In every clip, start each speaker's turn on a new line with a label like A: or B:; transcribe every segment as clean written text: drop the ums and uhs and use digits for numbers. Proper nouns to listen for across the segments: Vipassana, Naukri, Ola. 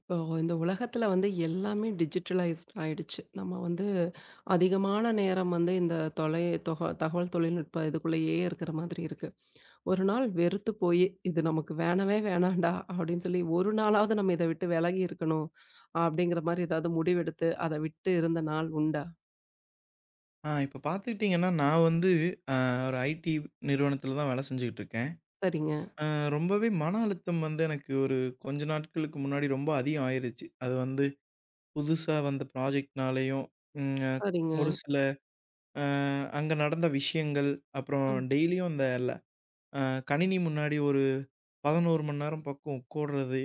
A: இப்போ இந்த உலகத்துல வந்து எல்லாமே டிஜிட்டலைஸ்ட் ஆயிடுச்சு. நம்ம வந்து அதிகமான நேரம் வந்து இந்த தொலை தொக தகவல் தொழில்நுட்ப இதுக்குள்ளேயே இருக்கிற மாதிரி இருக்கு. ஒரு நாள் வெறுத்து போயி, "இது நமக்கு வேணவே வேணாம்டா" அப்படின்னு சொல்லி ஒரு நாளாவது நம்ம இத விட்டு விலகி இருக்கணும். அப்படிங்கிற மாரி ஏதாவது முடிவெடுத்து அத விட்டு இருந்த நாள் உண்டா?
B: ஆ, இப்ப பார்த்துக்கிட்டீங்கன்னா, நான் வந்து அ ஒரு ஐடி நிறுவனத்தில தான் வேலை செஞ்சுகிட்டு இருக்கேன்.
A: சரிங்க,
B: அ ரொம்பவே மன அழுத்தம் வந்து எனக்கு ஒரு கொஞ்ச நாட்களுக்கு முன்னாடி ரொம்ப அதிகம் ஆயிருச்சு. அது வந்து புதுசா வந்த ப்ராஜெக்ட்னாலயும், ம் அ
A: சரிங்க.
B: ஒரு சில அ அங்க நடந்த விஷயங்கள், அப்புறம்
A: ம்.
B: டெய்லியும் அந்த ல அ கணினி முன்னாடி ஒரு 11 மணி நேரம் பக்கம் உட்கார்றது,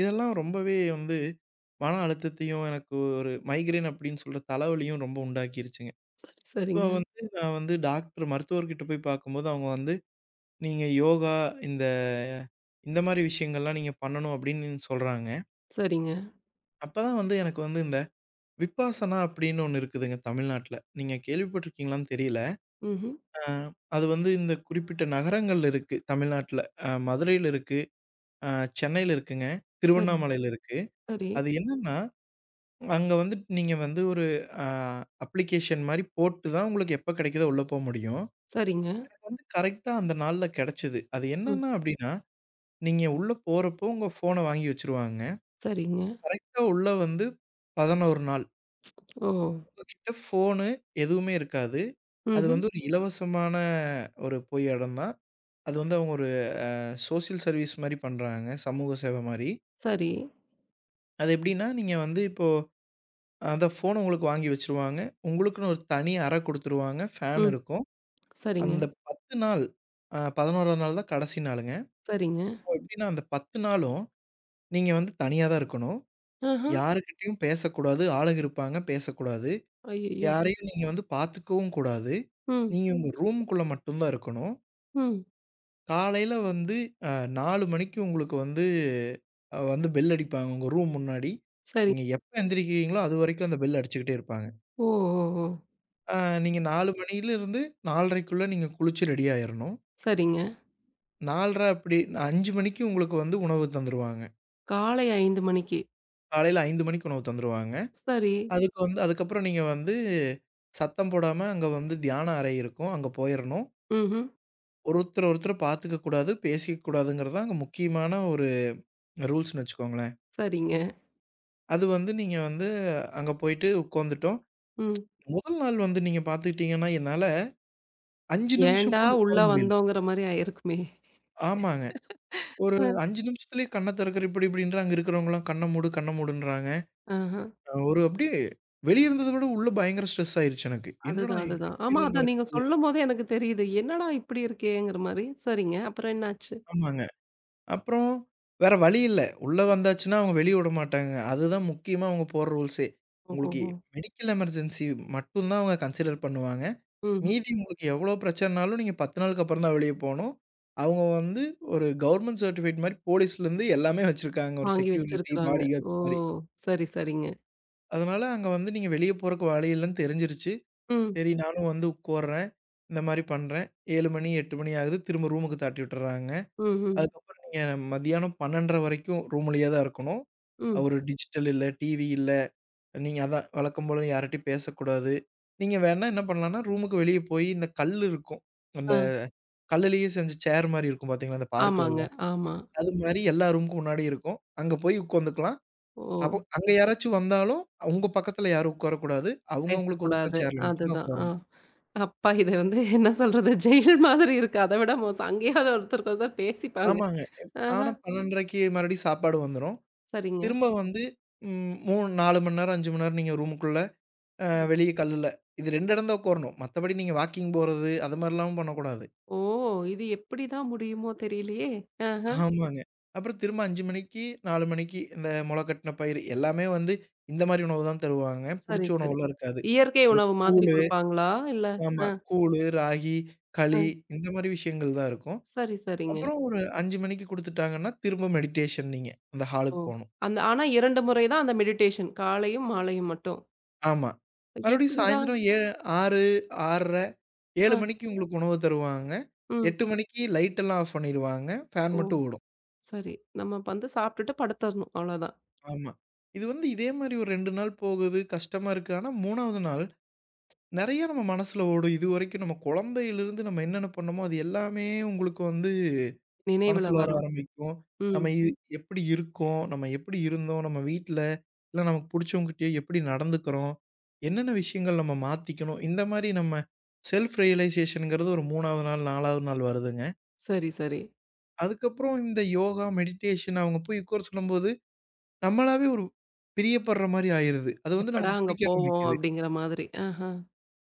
B: இதெல்லாம் ரொம்பவே வந்து மன அழுத்தத்தையும், எனக்கு ஒரு மைக்ரேன் அப்படின்னு சொல்ற தலைவலியும் ரொம்ப உண்டாக்கிருச்சுங்க.
A: சரி,
B: ஸோ
A: சரிங்க,
B: வந்து நான் வந்து டாக்டர் மருத்துவர்கிட்ட போய் பார்க்கும்போது, அவங்க வந்து, "நீங்க யோகா இந்த இந்த மாரி விஷயங்கள்லாம் நீங்க பண்ணணும்" அப்படின்னு சொல்றாங்க.
A: சரிங்க.
B: அப்பதான் வந்து எனக்கு வந்து இந்த விபாசனா அப்படின்னு ஒண்ணு இருக்குதுங்க தமிழ்நாட்ல. நீங்க கேள்விப்பட்டிருக்கீங்களான்னு தெரியல.
A: ம்ஹ்ம்.
B: அ அது வந்து இந்த குறிப்பிட்ட நகரங்கள்ல இருக்கு தமிழ்நாட்ல. மதுரையில இருக்கு, அ சென்னையில இருக்குங்க,
A: சரி,
B: திருவண்ணாமலையில இருக்கு.
A: சரி,
B: அது என்னன்னா, அங்க வந்துட்டு நீங்க வந்து ஒரு அ அப்ளிகேஷன் மாரி போட்டு தான் உங்களுக்கு எப்ப கெடைக்குதோ உள்ள போ முடியும்.
A: சரிங்க.
B: வந்து கரெக்ட்டா அந்த நாள்ல கிடைச்சது. அது
A: ம்.
B: என்னன்னா அப்டின்னா, நீங்க உள்ள போறப்போ உங்க ஃபோன வாங்கி வச்சுருவாங்க.
A: சரிங்க.
B: கரெக்ட்டா உள்ள வந்து 11 நாள்.
A: ஓ!
B: உங்ககிட்ட ஃபோனு எதுவுமே இருக்காது. அது
A: ம்ஹ்ம்.
B: வந்து ஒரு இலவசமான ஒரு போய் இடம் தான். அது வந்து அவங்க ஒரு சோசியல் சர்வீஸ் மாரி பண்றாங்க. சமூக சேவை மாரி.
A: சரி.
B: அது எப்டின்னா, நீங்க வந்து இப்போ அதான் ஃபோன உங்களுக்கு வாங்கி வச்சுருவாங்க. உங்களுக்குன்னு ஒரு தனி அறை குடுத்துருவாங்க. ஃபேன்
A: ம்.
B: இருக்கும்.
A: சரிங்க.
B: அந்த 10 நாள் 11ஆவது நாள் தான் கடைசி நாளுங்க.
A: சரிங்க.
B: அப்போ எப்டின்னா அந்த 10 நாளும் நீங்க வந்து தனியா தான் இருக்கணும்.
A: ஆஹ.
B: யார்கிட்டயும் பேசக்கூடாது. ஆளுங்க இருப்பாங்க, பேசக்கூடாது.
A: ஐயய்யோ!
B: யாரையும் நீங்க வந்து பாத்துக்கவும் கூடாது.
A: ம்,
B: நீங்க உங்க ரூமுக்குள்ள மட்டும் தான் இருக்கணும்.
A: ம்.
B: காலையில வந்து அ 4 மணிக்கு உங்களுக்கு வந்து வந்து பெல் அடிப்பாங்க உங்க ரூம் முன்னாடி.
A: சரி.
B: நீங்க எப்ப எந்திரிக்கிறீங்களோ, அதுவரைக்கும் அந்த பெல் அடிச்சுக்கிட்டே இருப்பாங்க.
A: ஓ! ஓ! ஓ!
B: அ நீங்க 4 மணியிலிருந்து 4:30க்குள்ள நீங்க குளிச்சு ரெடி ஆயிரணும்.
A: சரிங்க.
B: 4:30 அப்படி 5 மணிக்கு உங்களுக்கு வந்து உணவு தந்துருவாங்க.
A: காலை 5 மணிக்கு.
B: காலையில 5 மணிக்கு உணவு தந்துருவாங்க.
A: சரி.
B: அதுக்கு வந்து அதுக்கப்புறம் நீங்க வந்து சத்தம் போடாம அங்க வந்து தியான அறை இருக்கும். அங்க போயிரணும்.
A: ம்ஹ்ம்.
B: ஒருத்தர் ஒருத்தர் பார்த்துக்க கூடாது, பேசிக்க கூடாதுங்கிறது தான் அங்க முக்கியமான ஒரு ரூல்ஸ்ன்னு வச்சுக்கோங்களேன்.
A: சரிங்க.
B: அது வந்து நீங்க வந்து அங்க போயிட்டு உட்காந்துட்டோம்.
A: ம்.
B: முதல் நாள் வந்து நீங்க பார்த்துக்கிட்டீங்கன்னா, என்னால 5 நிமிஷம்
A: ஏன்டா
B: கூட உட்கார
A: உள்ள
B: முடியல.
A: வந்தோங்கிற மாரி ஆயிருக்குமே!
B: ஆமாங்க. ஒரு
A: அ,
B: 5 நிமிஷத்துலயே கண்ண திறக்கிற இப்படி இப்படின்ற அங்க இருக்கிறவங்கலாம் கண்ண மூடு, கண்ண மூடுன்றாங்க.
A: ஆஹ.
B: ஒரு அப்படியே வெளிய இருந்தத விட உள்ள பயங்கர ஸ்ட்ரெஸ் ஆயிருச்சு எனக்கு. என்னடா
A: அதுதான், அதுதான். ஆமா,
B: இப்படிலாம்
A: அதான் நீங்க
B: நடக்குது?
A: சொல்லும்போதே எனக்கு தெரியுது. என்னடா இப்படி இருக்கேங்கிற மாரி. சரிங்க. அப்புறம் என்னாச்சு?
B: ஆமாங்க. அப்புறம் வேற வழி இல்ல. உள்ள வந்தாச்சுன்னா, அவங்க வெளிய விடமாட்டாங்க. அதுதான் முக்கியமா அவங்க போடுற ரூல்ஸே. உங்களுக்கு
A: ஓஹோஹோ!
B: மெடிக்கல் எமர்ஜென்சி மட்டும் தான் அவங்க கன்சிடர் பண்ணுவாங்க.
A: ம்ஹ்ம்.
B: மீதி உங்களுக்கு எவ்வளோ பிரச்சனைனாலும் நீங்க 10 நாளுக்கு அப்புறம் தான் வெளிய போணும். அவங்க வந்து ஒரு கவர்ன்மென்ட் சர்டிஃபிகேட் மாரி போலீஸ்லேருந்து எல்லாமே வச்சிருக்காங்க. ஒரு
A: வாங்கி
B: செக்யூரிட்டி,
A: வச்சிருக்கிறாங்க.
B: பாடி
A: ஓ!
B: கார்ட்ஸ் மாரி.
A: சரி, சரிங்க.
B: அதனால அங்க வந்து நீங்க வெளிய போறக்கு வழி இல்லன்னு தெரிஞ்சிருச்சு.
A: ம்,
B: சரி நானும் வந்து உட்கார்றேன். இந்த மாரி பண்றேன். 7 மணி, 8 மணி ஆகுது. திரும்ப ரூமுக்கு தாட்டி விட்டுர்றாங்க.
A: ம்ஹ்ம்.
B: அதுக்கப்புறம் நீங்க மதியானம் 12:30 வரைக்கும் ரூம்லயே தான் இருக்கணும்.
A: ம்.
B: ஒரு டிஜிட்டல் இல்ல, டிவி இல்ல. நீங்க அதான் வழக்கம் போல யார்ட்டயும் பேசக்கூடாது. நீங்க வேணா என்ன பண்ணலாம்னா, ரூமுக்கு வெளிய போய் இந்த கல் இருக்கும். அந்த
A: ஆ.
B: கல்லுலயே செஞ்ச சேர் மாரி இருக்கும் பார்த்தீங்களா, அந்த
A: ஆமாங்க.
B: பார்க்லலாம்.
A: ஆமா.
B: அது மாரி எல்லா ரூமுக்கும் முன்னாடி இருக்கும். அங்க போய் உட்காந்துக்கலாம். அப்போ
A: ஓ!
B: அங்க யாராச்சும் வந்தாலும், உங்க பக்கத்துல யாரும் உட்காரக்கூடாது. அவங்கவங்களுக்கு ஒதுக்குன
A: பேசக்கூடாது.
B: சேர்ல மட்டும் தான்
A: அதுதான். ஆ.
B: உட்காரணும்.
A: அப்பா! இது வந்து என்ன சொல்றது? ஜெயில் மாதிரி இருக்கு. அத விட மோசம். அங்கேயாவது ஒருத்தருக்கு ஒருத்தர் பேசிப்பாங்க.
B: ஆமாங்க.
A: ஆஹ.
B: ஆனா 12:30க்கு மறுபடியும் சாப்பாடு வந்துரும்.
A: சரிங்க.
B: திரும்ப வந்து 3 4 மணி நேரம், 5 மணி நேரம் நீங்க ரூமுக்குள்ள
A: ம்.
B: வெளிய கல்லுல. இது 2 இடம் தான் உட்காரணும். மத்தபடி நீங்க வாக்கிங் போறது, அது மாரிலாம் பண்ணக்கூடாது.
A: ஓ! இது எப்படி தான் முடியுமோ தெரியலையே! ஆஹ.
B: ஆமாங்க. அப்புறம் திரும்ப 5 மணிக்கு, 4 மணிக்கு இந்த மொள கட்டின பயிறு எல்லாமே வந்து இந்த மாரி உணவு தான் தருவாங்க.
A: சரி,
B: புடிச்ச
A: சரி.
B: உணவுலாம் இருக்காது.
A: இயற்கை
B: ஒரு
A: உணவு மாதிரி
B: கூழு
A: குடுப்பாங்களா? இல்ல
B: ஆமா.
A: அ,
B: கூழு, ராகி,
A: அ.
B: களி இந்த மாரி விஷயங்கள் தான் இருக்கும்.
A: சரி, சரிங்க.
B: அப்புறம் ஒரு 5 மணிக்கு குடுத்துட்டாங்கன்னா, திரும்ப மெடிடேஷன் நீங்க. அந்த
A: ஓ!
B: ஹாலுக்கு போணும்.
A: அந்த ஆனா 2 முறை தான் அந்த மெடிடேஷன். காலையும், மாலையும் மட்டும்.
B: ஆமா. மறுபடியும்
A: எப்படிடா?
B: சாயந்தரம் 6, 6:30,
A: அ,
B: 7 மணிக்கு உங்களுக்கு உணவு தருவாங்க.
A: ம்.
B: 8 மணிக்கு லைட் எல்லாம் ஆஃப் பண்ணிருவாங்க. ஃபேன்
A: ஓ!
B: மட்டும் ஓடும்.
A: சரி. நம்ம வந்து சாப்பிட்டுட்டு படுத்தரணும். அவ்வளோதான்.
B: ஆமா. இது வந்து இதே மாரி ஒரு 2 நாள் போகுது, கஷ்டமா இருக்கு. ஆனா 3வது நாள் நெறைய நம்ம மனசுல ஓடும். இதுவரைக்கும் நம்ம குழந்தையிலிருந்து நம்ம என்னென்ன பண்ணோமோ, அது எல்லாமே உங்களுக்கு வந்து
A: நினைவுல
B: மனசுல வர
A: வரும்.
B: ஆரம்பிக்கும்.
A: ம்.
B: நம்ம இ எப்படி இருக்கோம், நம்ம எப்படி இருந்தோம், நம்ம வீட்ல, இல்ல நமக்கு புடிச்சவங்ககிட்டயோ எப்படி நடந்துக்கிறோம், என்னென்ன விஷயங்கள் நம்ம மாத்திக்கணும். இந்த மாரி நம்ம செல்ஃப் ரியலைசேஷன்ங்கிறது ஒரு 3வது நாள், 4வது நாள் வருதுங்க.
A: சரி, சரி.
B: அதுக்கப்புறம் இந்த யோகா, மெடிடேஷன் அவங்க போய் உட்கார சொல்லும்போது நம்மளாவே ஒரு பிரியப்படுற மாரி ஆயிருது. அது வந்து
A: எப்படா
B: நமக்கு
A: அங்க
B: புடிக்க
A: போவோம்?
B: ஆரம்பிக்குது.
A: அப்படிங்கிற மாதிரி. ஆஹ.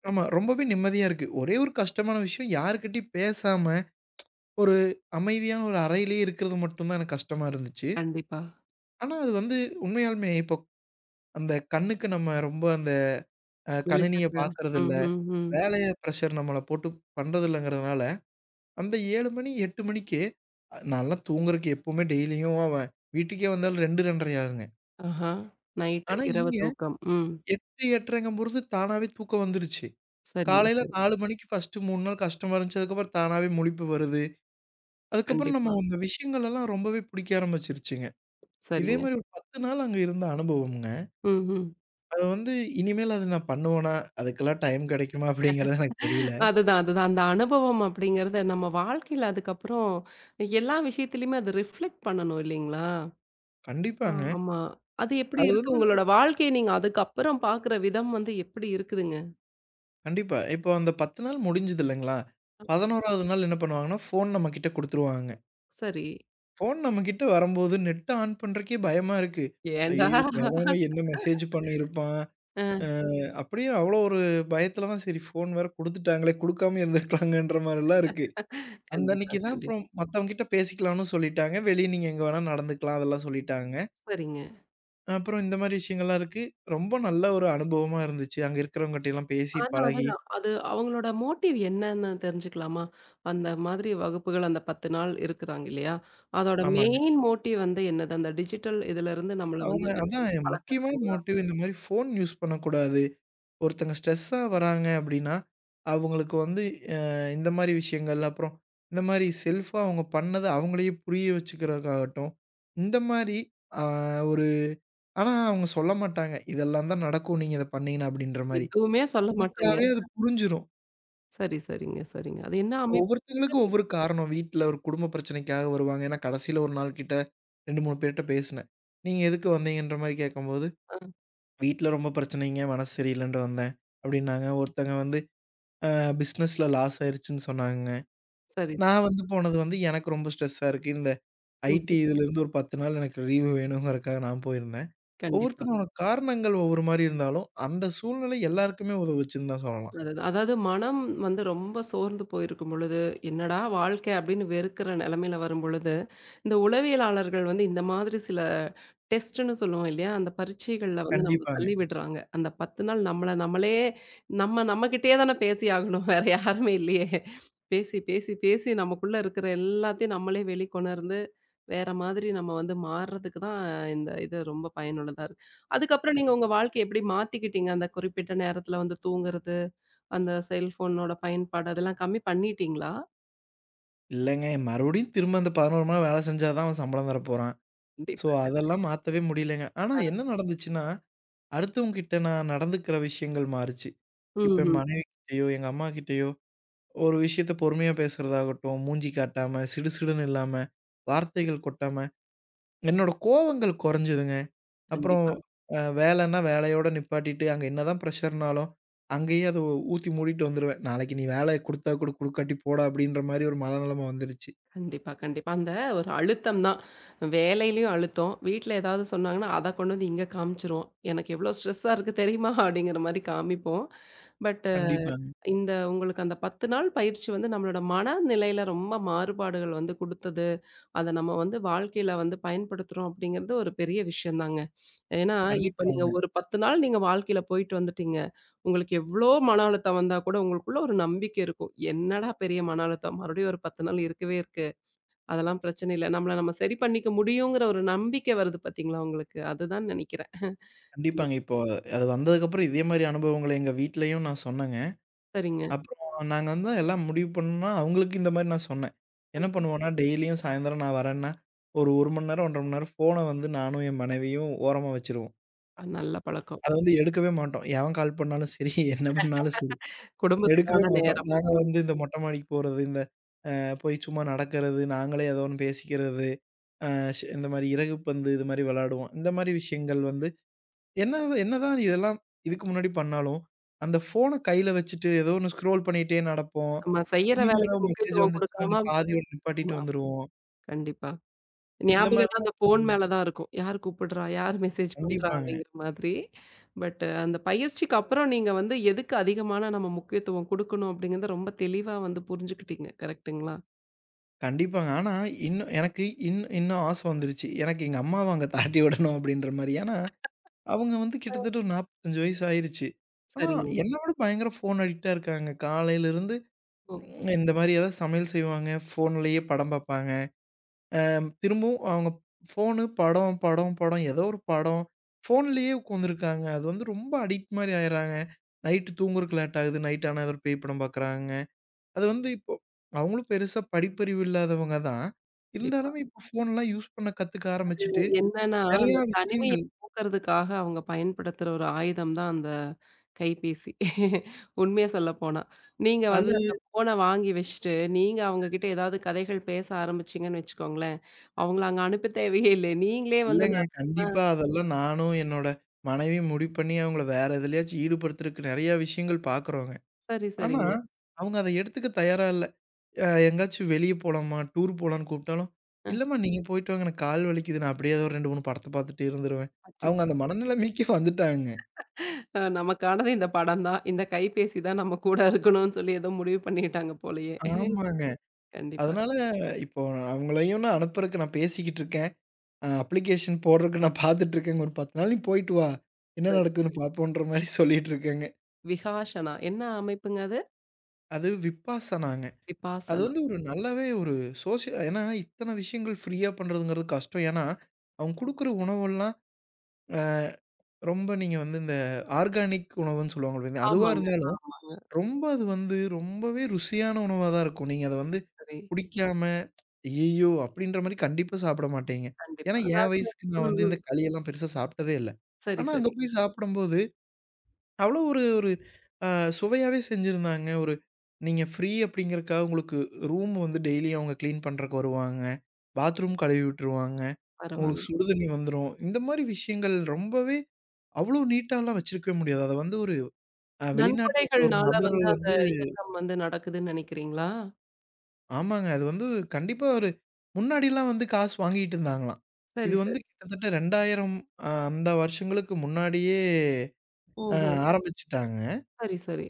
B: ஆமா. ரொம்பவே நிம்மதியா இருக்கு. ஒரே ஒரு கஷ்டமான விஷயம் யார்கிட்டயும் பேசாம, ஒரு அமைதியான ஒரு அறையிலேயே இருக்கிறது மட்டும் தான் எனக்கு கஷ்டமா இருந்துச்சு.
A: கண்டிப்பா.
B: ஆனா அது வந்து உண்மையாலுமே இப்போ அந்த கண்ணுக்கு நம்ம ரொம்ப அந்த கணினிய
A: வெளிச்சத்த ம்,
B: பார்க்கறதில்ல.
A: ம், ம்.
B: வேலைய பிரஷர் நம்மள போட்டு பண்றதில்லங்கிறதுனால, அந்த 7 மணி, 8 மணிக்கு நான்லாம் தூங்குறக்கு எப்பவுமே டெய்லியும் அவன் வீட்டுக்கே வந்தாலும் 2, 2:30 ஆகுங்க.
A: ஆஹா. நைட்டு
B: ஆனா
A: இரவு
B: இங்க
A: தூக்கம். ம்.
B: 8, 8:30ங்கும்பொழுது தானாவே தூக்கம் வந்துருச்சு.
A: சரிங்க,
B: காலையில
A: சரி.
B: 4 மணிக்கு ஃபர்ஸ்ட்டு 3 நாள் கஷ்டமா இருந்துச்சு. அதுக்கப்புறம் தானாவே முழிப்பு வருது. அதுக்கப்புறம் நம்ம
A: கண்டிப்பா.
B: இந்த விஷயங்கள் எல்லாம் ரொம்பவே பிடிக்க ஆரம்பிச்சுருச்சுங்க. இதே
A: சரிங்க.
B: மாரி ஒரு 10 நாள் அங்க இருந்த அனுபவம்ங்க.
A: ம், ம்.
B: அது வந்து இனிமேல் அது நான் பண்ணுவேனா? அதுக்கெல்லாம் டைம் கிடைக்குமா? அப்படிங்கிறது எனக்கு தெரியல.
A: அதுதான், அதுதான். அந்த அனுபவம் அப்படிங்கிறத நம்ம வாழ்க்கையில அதுக்கப்புறம் எல்லா விஷயத்துலயுமே அது ரிஃப்ளெக்ட் பண்ணணும் இல்லைங்களா? ஆ.
B: கண்டிப்பாங்க.
A: ஆமா. அது எப்படி
B: அது
A: இருக்கு?
B: வந்து
A: உங்களோட வாழ்க்கைய நீங்க அதுக்கப்புறம் பார்க்குற விதம் வந்து எப்படி இருக்குதுங்க?
B: கண்டிப்பா. இப்போ அந்த 10 நாள் முடிஞ்சது இல்லைங்களா? 11வது நாள் என்ன பண்ணுவாங்கன்னா, ஃபோன் நம்ம கிட்ட குடுத்துருவாங்க.
A: சரி.
B: ஃபோன் நம்ம கிட்ட வரும்போது நெட்ட ஆன் பண்றக்கே பயமா இருக்கு.
A: ஏன்டா?
B: ஐய்யய்யோ! எவன் எவன் என்ன மெசேஜ் பண்ணியிருப்பான்? அ
A: அ.
B: அப்படியே அவ்வளோ ஒரு பயத்துல தான் சரி ஃபோன் வேற குடுத்துட்டாங்களே! குடுக்காம இருந்திருக்கலாங்கன்ற மாரிலாம் இருக்கு. அந்த
A: கண்டிப்பா,
B: அன்னைக்கு தான்
A: கண்டிப்பா.
B: அப்புறம் மத்தவங்கிட்ட பேசிக்கலாம்னு சொல்லிட்டாங்க. வெளிய நீங்க எங்க வேணா நடந்துக்கலாம் அதெல்லாம் சொல்லிட்டாங்க.
A: சரிங்க.
B: அப்புறம் இந்த மாரி விஷயங்கள்லாம் இருக்கு. ரொம்ப நல்ல ஒரு அனுபவமா இருந்துச்சு. அங்க இருக்கிறவங்கட்டலாம் பேசி
A: ஆனா
B: பழகி
A: அதுதான். அது அவங்களோட மோட்டிவ் என்னன்னு தெரிஞ்சுக்கலாமா? அந்த மாதிரி வகுப்புகள் அந்த 10 நாள் இருக்குறாங்க இல்லையா? அதோட
B: ஆமாங்க.
A: மெயின் மோட்டிவ் வந்து என்னது? அந்த டிஜிட்டல் இதுலருந்து நம்மள
B: அவங்க
A: வந்து விலக்கி
B: அதான் முக்கியமான
A: பழக்குறதுங்களா?
B: மோட்டிவ் இந்த மாரி ஃபோன் யூஸ் பண்ணக்கூடாது. ஒருத்தங்க ஸ்ட்ரெஸ்ஸா வராங்க அப்டின்னா, அவங்களுக்கு வந்து அ இந்த மாரி விஷயங்கள், அப்புறம் இந்த மாரி செல்ஃபா அவங்க பண்ணத அவங்களையே புரிய வச்சுக்கிறதுக்காகட்டும், இந்த மாரி அ ஒரு ஆனா அவங்க சொல்ல மாட்டாங்க. இதெல்லாம் தான் நடக்கும் நீங்க இத பண்ணீங்கன்னா அப்டின்ற மாரி.
A: எதுவுமே சொல்ல மாட்டாங்க.
B: நமக்காவே அது புரிஞ்சிரும்.
A: சரி, சரிங்க, சரிங்க. அது என்ன அமைப்பு
B: ஒவ்வொருத்தங்களுக்கும்
A: சொன்னீங்க?
B: ஒவ்வொரு காரணம். வீட்ல ஒரு குடும்ப பிரச்சனைக்காக வருவாங்க. ஏன்னா கடைசியில ஒரு நாள் கிட்ட 2, 3 பேர்ட்ட பேசினேன். நீங்க எதுக்கு வந்தீங்கன்ற மாரி கேட்கும்போது
A: ஆ
B: வீட்ல ரொம்ப பிரச்சனைங்க. மனசு சரியில்லன்ட்டு வந்தேன் அப்டின்னாங்க. ஒருத்தங்க வந்து அ பிசினஸ்ல லாஸ் ஆயிருச்சுன்னு சொன்னாங்க.
A: சரி.
B: நான் வந்து போனது வந்து எனக்கு ரொம்ப ஸ்ட்ரெஸ்ஸா இருக்கு. இந்த ஐடி
A: ம்ஹ்ம்.
B: இதுலருந்து ஒரு 10 நாள் எனக்கு லீவு வேணுங்கிறதுக்காக நான் போயிருந்தேன்.
A: கண்டிப்பா.
B: ஒவ்வொருத்தரோட காரணங்கள் ஒவ்வொரு மாரி இருந்தாலும், அந்த சூழ்நிலை எல்லாருக்குமே உதவுச்சுன்னு தான் சொல்லலாம்.
A: அதுதான். அதாவது மனம் வந்து ரொம்ப சோர்ந்து போயிருக்கும் பொழுது, "என்னடா வாழ்க்கை!" அப்படின்னு வெறுக்கிற நிலைமையில வரும்பொழுது, இந்த உளவியலாளர்கள் வந்து இந்த மாதிரி சில டெஸ்ட்டுன்னு சொல்லுவோம் இல்லையா? அந்த பரீட்சைகள்ல வந்து நம்மள
B: கண்டிப்பாங்க.
A: தள்ளி விடுறாங்க. அந்த 10 நாள் நம்மள நம்மளே நம்ம நம்மகிட்டயே தானே பேசி ஆகணும். வேற யாருமே இல்லையே! பேசி, பேசி, பேசி நமக்குள்ள இருக்கிற எல்லாத்தையும் நம்மளே வெளிக்கொணர்ந்து, வேற மாதிரி நம்ம வந்து மாறுறதுக்கு தான் இந்த இது ரொம்ப பயனுள்ளதா இருக்கு. அதுக்கப்புறம் நீங்க உங்க
B: கண்டிப்பா.
A: வாழ்க்கைய எப்படி மாத்திக்கிட்டீங்க? அந்த குறிப்பிட்ட நேரத்துல வந்து தூங்குறது அந்த செல்ஃபோனோட பயன்பாடு அதெல்லாம் கம்மி பண்ணிட்டீங்களா?
B: இல்லங்க மறுபடியும் திரும்ப அந்த 11 மணி நேரம் வேல செஞ்சா தான் அவன் சம்பளம் தரப்போறான். ஸோ
A: கண்டிப்பா.
B: அதெல்லாம் மாத்தவே முடியலங்க. ஆனா என்ன நடந்துச்சுன்னா, அடுத்தவங்க கிட்ட நான் நடந்துக்கிற விஷயங்கள் மாறுச்சு. இப்ப என்
A: ம்ஹ்ம்.
B: மனைவி கிட்டயோ, எங்க அம்மா கிட்டயோ ஒரு விஷயத்த பொறுமையா பேசுறதாகட்டும், மூஞ்சி காட்டாம, சிடுசிடுன்னு இல்லாம, வார்த்தைகள் கொட்டாம, என்னோட கோவங்கள் கொறஞ்சதுங்க. அப்புறம்
A: கண்டிப்பா,
B: வேலைன்னா வேலையோட நிப்பாட்டிட்டு, அங்க என்னதான் பிரஷர்னாலும், அங்கேயே அத ஊத்தி மூடிட்டு வந்துருவேன். "நாளைக்கு நீ வேலை குடுத்தா குடு, குடுக்காட்டி போடா" அப்படின்ற மாரி ஒரு மனநெலம வந்துருச்சு.
A: கண்டிப்பா, கண்டிப்பா. அந்த ஒரு அழுத்தம் தான். வேலையிலயும் அழுத்தம். வீட்ல ஏதாவது சொன்னாங்கன்னா, அத கொண்டு வந்து இங்க காமிச்சுருவோம். எனக்கு எவ்ளோ ஸ்ட்ரெஸ்ஸா இருக்கு தெரியுமா? அப்படிங்கிற மாரி காமிப்போம். பட்டு
B: கண்டிப்பாங்க.
A: இந்த உங்களுக்கு அந்த 10 நாள் பயிற்சி வந்து நம்மளோட மனநிலையில ரொம்ப மாறுபாடுகள் வந்து குடுத்தது. அத நம்ம வந்து வாழ்க்கையில வந்து பயன்படுத்துறோம் அப்படிங்கிறது ஒரு பெரிய விஷயம் தாங்க. ஏன்னா, இப்ப நீங்க
B: கண்டிப்பாங்க.
A: ஒரு 10 நாள் நீங்க வாழ்க்கையில போயிட்டு வந்துட்டீங்க. உங்களுக்கு எவ்ளோ மன அழுத்தம் வந்தா கூட உங்களுக்குள்ள ஒரு நம்பிக்கை இருக்கும். என்னடா பெரிய மன அழுத்தம் மறுபடியும் ஒரு 10 நாள் இருக்கவே இருக்கு. அதெல்லாம் பிரச்சனை இல்ல. நம்மள நம்ம சரி பண்ணிக்க முடியுங்கிற ஒரு நம்பிக்கை வருது பார்த்தீங்களா உங்களுக்கு? அதுதான் நெனைக்கிறேன்.
B: கண்டிப்பாங்க. இப்போ அது வந்ததுக்கப்புறம் இதே மாரி அனுபவங்கள எங்க வீட்லயும் நான் சொன்னேங்க.
A: சரிங்க.
B: அப்புறம் நாங்க வந்து எல்லாம் முடிவு பண்ணோம்னா, அவங்களுக்கு இந்த மாரி நான் சொன்னேன். என்ன பண்ணுவோம்னா, டெய்லியும் சாயந்தரம் நான் வரேன்னா, ஒரு 1 மணி நேரம், 1 1/2 மணி நேரம் ஃபோன வந்து நானும் என் மனைவியும் ஓரமா வச்சுருவோம்.
A: நல்ல பழக்கம்.
B: அத வந்து எடுக்கவே மாட்டோம். எவன் கால் பண்ணாலும் சரி, என்ன பண்ணாலும் சரி, எடுக்கவே
A: குடும்பத்துக்கான
B: மாட்டோம்.
A: நேரம்.
B: நாங்க
A: ம்.
B: வந்து இந்த மொட்டை மாடிக்கு போறது, இந்த போய் சும்மா நடக்கிறது, நாங்களே ஏதோ ஒண்ணு பேசிக்கிறது, அ ஷ் இந்த மாரி இறகு பந்து இது மாரி விளையாடுவோம். இந்த மாரி விஷயங்கள் வந்து என்ன என்னதான் இதெல்லாம் இதுக்கு முன்னாடி பண்ணாலும், அந்த ஃபோன கையில வச்சுட்டு ஏதோ ஒண்ணு ஸ்க்ரோல் பண்ணிட்டே நடப்போம்.
A: நம்ம செய்யற
B: திடீர்னு ஏதோ
A: வேலைக்கு
B: மெசேஜ்
A: முக்கியத்துவம்
B: வந்துச்சுன்னா,
A: குடுக்காம
B: அந்த பாதியோட நிப்பாட்டிட்டு
A: ஆமா.
B: வந்துருவோம்.
A: கண்டிப்பா.
B: இந்த
A: ஞாபகம்லாம் அந்த
B: மாரிலாம்
A: ஃபோன்
B: ம்.
A: மேல தான் இருக்கும். யார் கூப்பிடுறா? யார் மெசேஜ் பண்றா?
B: கண்டிப்பாங்க,
A: அப்படிங்கிற மாதிரி. பட் அந்த பயிற்சிக்கு அப்புறம் நீங்க வந்து எதுக்கு அதிகமான நம்ம முக்கியத்துவம் குடுக்கணும் அப்படிங்கிறத ரொம்ப தெளிவா வந்து புரிஞ்சுக்கிட்டீங்க. கரெக்ட்டுங்களா?
B: கண்டிப்பாங்க. ஆனா இன்னும் எனக்கு இன்னும் ஆசை வந்துருச்சு. எனக்கு எங்க அம்மாவ அங்க தாட்டி விடணும் அப்படின்ற மாரி. ஏன்னா, அவங்க வந்து கிட்டத்தட்ட ஒரு 45 வயசு ஆயிருச்சு. ஆனா
A: சரிங்க.
B: என்ன விட பயங்கர ஃபோன் அடிக்ட்டா இருக்காங்க. காலையிலருந்து
A: ஓ!
B: இந்த மாரி ஏதாவது சமையல் செய்வாங்க, ஃபோன்லயே படம் பார்ப்பாங்க. திரும்பவும் அவங்க ஃபோனு, படம், படம், படம் ஏதோ ஒரு படம். ஃபோன்லேயே உட்காந்துருக்காங்க. அது வந்து ரொம்ப அடிக்ட் மாரி ஆயிர்றாங்க. நைட்டு தூங்குறக்கு லேட் ஆகுது. நைட் ஆனா ஏதோ ஒரு பேய் படம் பார்க்குறாங்க. அது வந்து இப்போ அவங்களும் பெருசா படிப்பறிவு இல்லாதவங்க தான்.
A: கண்டிப்பா.
B: இருந்தாலுமே இப்போ ஃபோன்லாம் யூஸ் பண்ண கத்துக்க
A: அது
B: ஆரம்பிச்சுட்டு,
A: என்னன்னா,
B: நெறையா
A: அந்த தனிமைய
B: விஷயங்கள்
A: போக்குறதுக்காக அவங்க பயன்படுத்துற ஒரு ஆயுதம் தான் அந்த கைபேசி. உண்மைய சொல்லப்போனா. நீங்க வந்து
B: அது
A: அந்த ஃபோன வாங்கி வச்சுட்டு, நீங்க அவங்க கிட்ட ஏதாவது கதைகள் பேச ஆரம்பிச்சீங்கன்னு வச்சுக்கோங்களேன், அவங்கள அங்க அனுப்ப தேவையே இல்ல. நீங்களே வந்து
B: இல்லங்க. கண்டிப்பா அதெல்லாம் நானும் என்னோட மனைவியும் முடிவு பண்ணி அவங்கள வேற எதுலயாச்சும் ஈடுபடுத்துறக்கு நெறையா விஷயங்கள் பார்க்குறோங்க.
A: சரி,
B: ஆனா
A: சரிங்க.
B: அவங்க அத எடுத்துக்க தயாரா இல்ல. எங்கேயாச்சும் வெளிய போலாம்மா, டூர் போலான்னு கூப்பிட்டாலும்,
A: அ.
B: இல்லம்மா நீங்க போயிட்டு வாங்க எனக்கு கால் வலிக்குது. நான் அப்படியே ஏதோ ஒரு 2, 3 படத்த பார்த்துட்டே இருந்துருவேன். அவங்க
A: அச்சச்சோ!
B: அந்த மனநிலைமைக்கு வந்துட்டாங்க.
A: நமக்கானது இந்த படம் தான். இந்த கைபேசி தான் நம்ம கூட இருக்கணும்னு சொல்லி ஏதோ முடிவு பண்ணிட்டாங்க போலயே.
B: ஆமாங்க.
A: கண்டிப்பா.
B: அதனால இப்போ அவங்களையும் நான் அனுப்புறக்கு நான் பேசிக்கிட்டு இருக்கேன். அப்ளிகேஷன் போடுறக்கு நான் பார்த்துட்டு இருக்கேங்க. ஒரு 10 நாள் நீ போயிட்டு வா. என்ன
A: சரி.
B: நடக்குதுன்னு பார்ப்போன்ற மாரி சொல்லிட்டு இருக்கேங்க.
A: விகாஷனா. என்ன அமைப்புங்க அது?
B: அது விப்பாசனாங்க. அது
A: விபாசனா.
B: வந்து ஒரு நல்லாவே ஒரு சோசிய ஏன்னா இத்தன விஷயங்கள் ஃப்ரீயா பண்றதுங்கிறது கஷ்டம். ஏன்னா, அவங்க குடுக்குற உணவெல்லாம் ரொம்ப நீங்க வந்து இந்த ஆர்கானிக் உணவுன்னு சொல்லுவாங்க பார்த்தீங்களா, அதுவா
A: ஆமாங்க,
B: இருந்தாலும்,
A: ஆமாங்க.
B: ரொம்ப அது வந்து ரொம்பவே ருசியான உணவா தான் இருக்கும். நீங்க அத வந்து
A: சரி.
B: புடிக்காம, "ஐயய்யோ!" அப்படின்ற மாரி கண்டிப்பா சாப்பிட மாட்டீங்க. ஏன்னா,
A: கண்டிப்பா.
B: என்
A: அதாவது
B: வயசுக்கு நான்
A: ம்,
B: வந்து இந்த
A: ம்.
B: களியெல்லாம் பெருசா சாப்பிட்டதே இல்ல.
A: சரி,
B: ஆனா, அங்க
A: சரி.
B: போய் சாப்பிடும்போது, அவ்வளோ ஒரு ஒரு அ சுவையாவே செஞ்சிருந்தாங்க. ஒரு நீங்க ஃப்ரீ அப்படிங்கிறதுக்காக உங்களுக்கு ரூம் வந்து டெய்லியும் அவங்க கிளீன் பண்றதுக்கு வருவாங்க. பாத்ரூம் கழுவி விட்டுருவாங்க.
A: பரவால்ல.
B: உங்களுக்கு சுடுதண்ணி வந்துரும். இந்த மாரி விஷயங்கள் ரொம்பவே அவ்வளோ நீட்டாலாம் வச்சிருக்கவே முடியாது. அத வந்து ஒரு வெளிநாட்ல இருக்கிற ஒரு
A: நன்கொடைகள்னால
B: நபர்
A: வந்து அந்த
B: வந்து
A: இயக்கம் வந்து நடக்குதுன்னு நெனைக்கிறீங்களா?
B: ஆமாங்க. அது வந்து கண்டிப்பா ஒரு முன்னாடிலாம் வந்து காசு வாங்கிட்டு இருந்தாங்களாம். இது
A: சரி,
B: வந்து
A: சரி.
B: கிட்டத்தட்ட 2000 அந்த வருஷங்களுக்கு முன்னாடியே அ
A: ஓஹோ!
B: ஆரம்பிச்சுட்டாங்க.
A: சரி, சரி.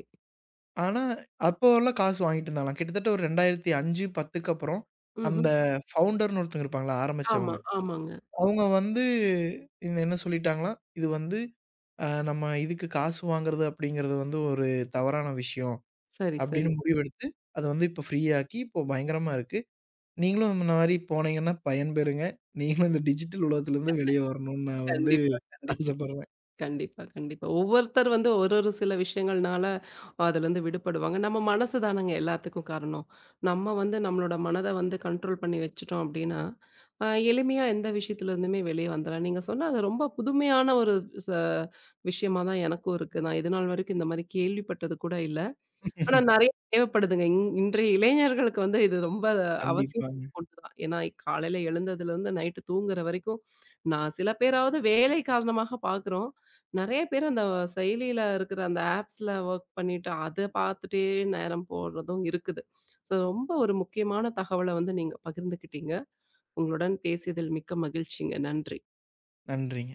B: ஆனா, அப்போலாம் காசு வாங்கிட்டு இருந்தாங்களாம். கிட்டத்தட்ட ஒரு 2005, 10க்கு அப்புறம்
A: ம்ஹ்ம்.
B: அந்த ஃபவுண்டர்ன்னு ஒருத்தவங்க இருப்பாங்கல்ல,
A: ஆமா,
B: ஆரம்பிச்சவங்க.
A: ஆமாங்க.
B: அவங்க வந்து இந்த என்ன சொல்லிட்டாங்களாம், இது வந்து நம்ம இதுக்கு காசு வாங்குறது அப்படிங்கிறது வந்து ஒரு தவறான விஷயம்
A: சரி,
B: அப்படின்னு
A: சரிங்க.
B: முடிவெடுத்து, அத வந்து இப்போ ஃப்ரீயாக்கி இப்போ பயங்கரமா இருக்கு. நீங்களும் இந்த மாரி போனீங்கன்னா பயன்பெறுங்க. நீங்களும் இந்த டிஜிட்டல் உலகத்திலிருந்து வெளிய வரணும்னு நான் வந்து
A: கண்டிப்பா, கண்டிப்பா.
B: ஆசைப்படுறேன்.
A: கண்டிப்பா, கண்டிப்பா. ஒவ்வொருத்தர் வந்து ஒரு ஒரு சில விஷயங்கள்னால அதுலருந்து விடுபடுவாங்க. நம்ம மனசு தானங்க எல்லாத்துக்கும் காரணம். நம்ம வந்து நம்மளோட மனத வந்து கண்ட்ரோல் பண்ணி வச்சுட்டோம் அப்டின்னா, எளிமையா எந்த விஷயத்துலருந்துமே வெளிய வந்துரலாம். நீங்க சொன்ன அது ரொம்ப புதுமையான ஒரு ச விஷயமா தான் எனக்கும் இருக்கு. நான் இதுநாள் வரைக்கும் இந்த மாரி கேள்விப்பட்டது கூட இல்ல. ஆனா நெறைய தேவைப்படுதுங்க. இன்றைய இளைஞர்களுக்கு வந்து இது ரொம்ப அவசியம்
B: கண்டிப்பாங்க.
A: ஒன்றுதான். ஏன்னா காலையில எழுந்ததுலருந்து நைட்டு தூங்குற வரைக்கும், நான் சில பேராவது வேலை காரணமாக பார்க்குறோம். நெறைய பேர் அந்த செயலியில இருக்கிற அந்த ஆப்ஸ்ல ஒர்க் பண்ணிட்டு, அத பார்த்துட்டே நேரம் போறதும் இருக்குது. ஸோ ரொம்ப ஒரு முக்கியமான தகவல வந்து நீங்க பகிர்ந்துக்கிட்டீங்க. உங்களுடன் பேசியதில் மிக்க மகிழ்ச்சிங்க. நன்றி.
B: நன்றிங்க.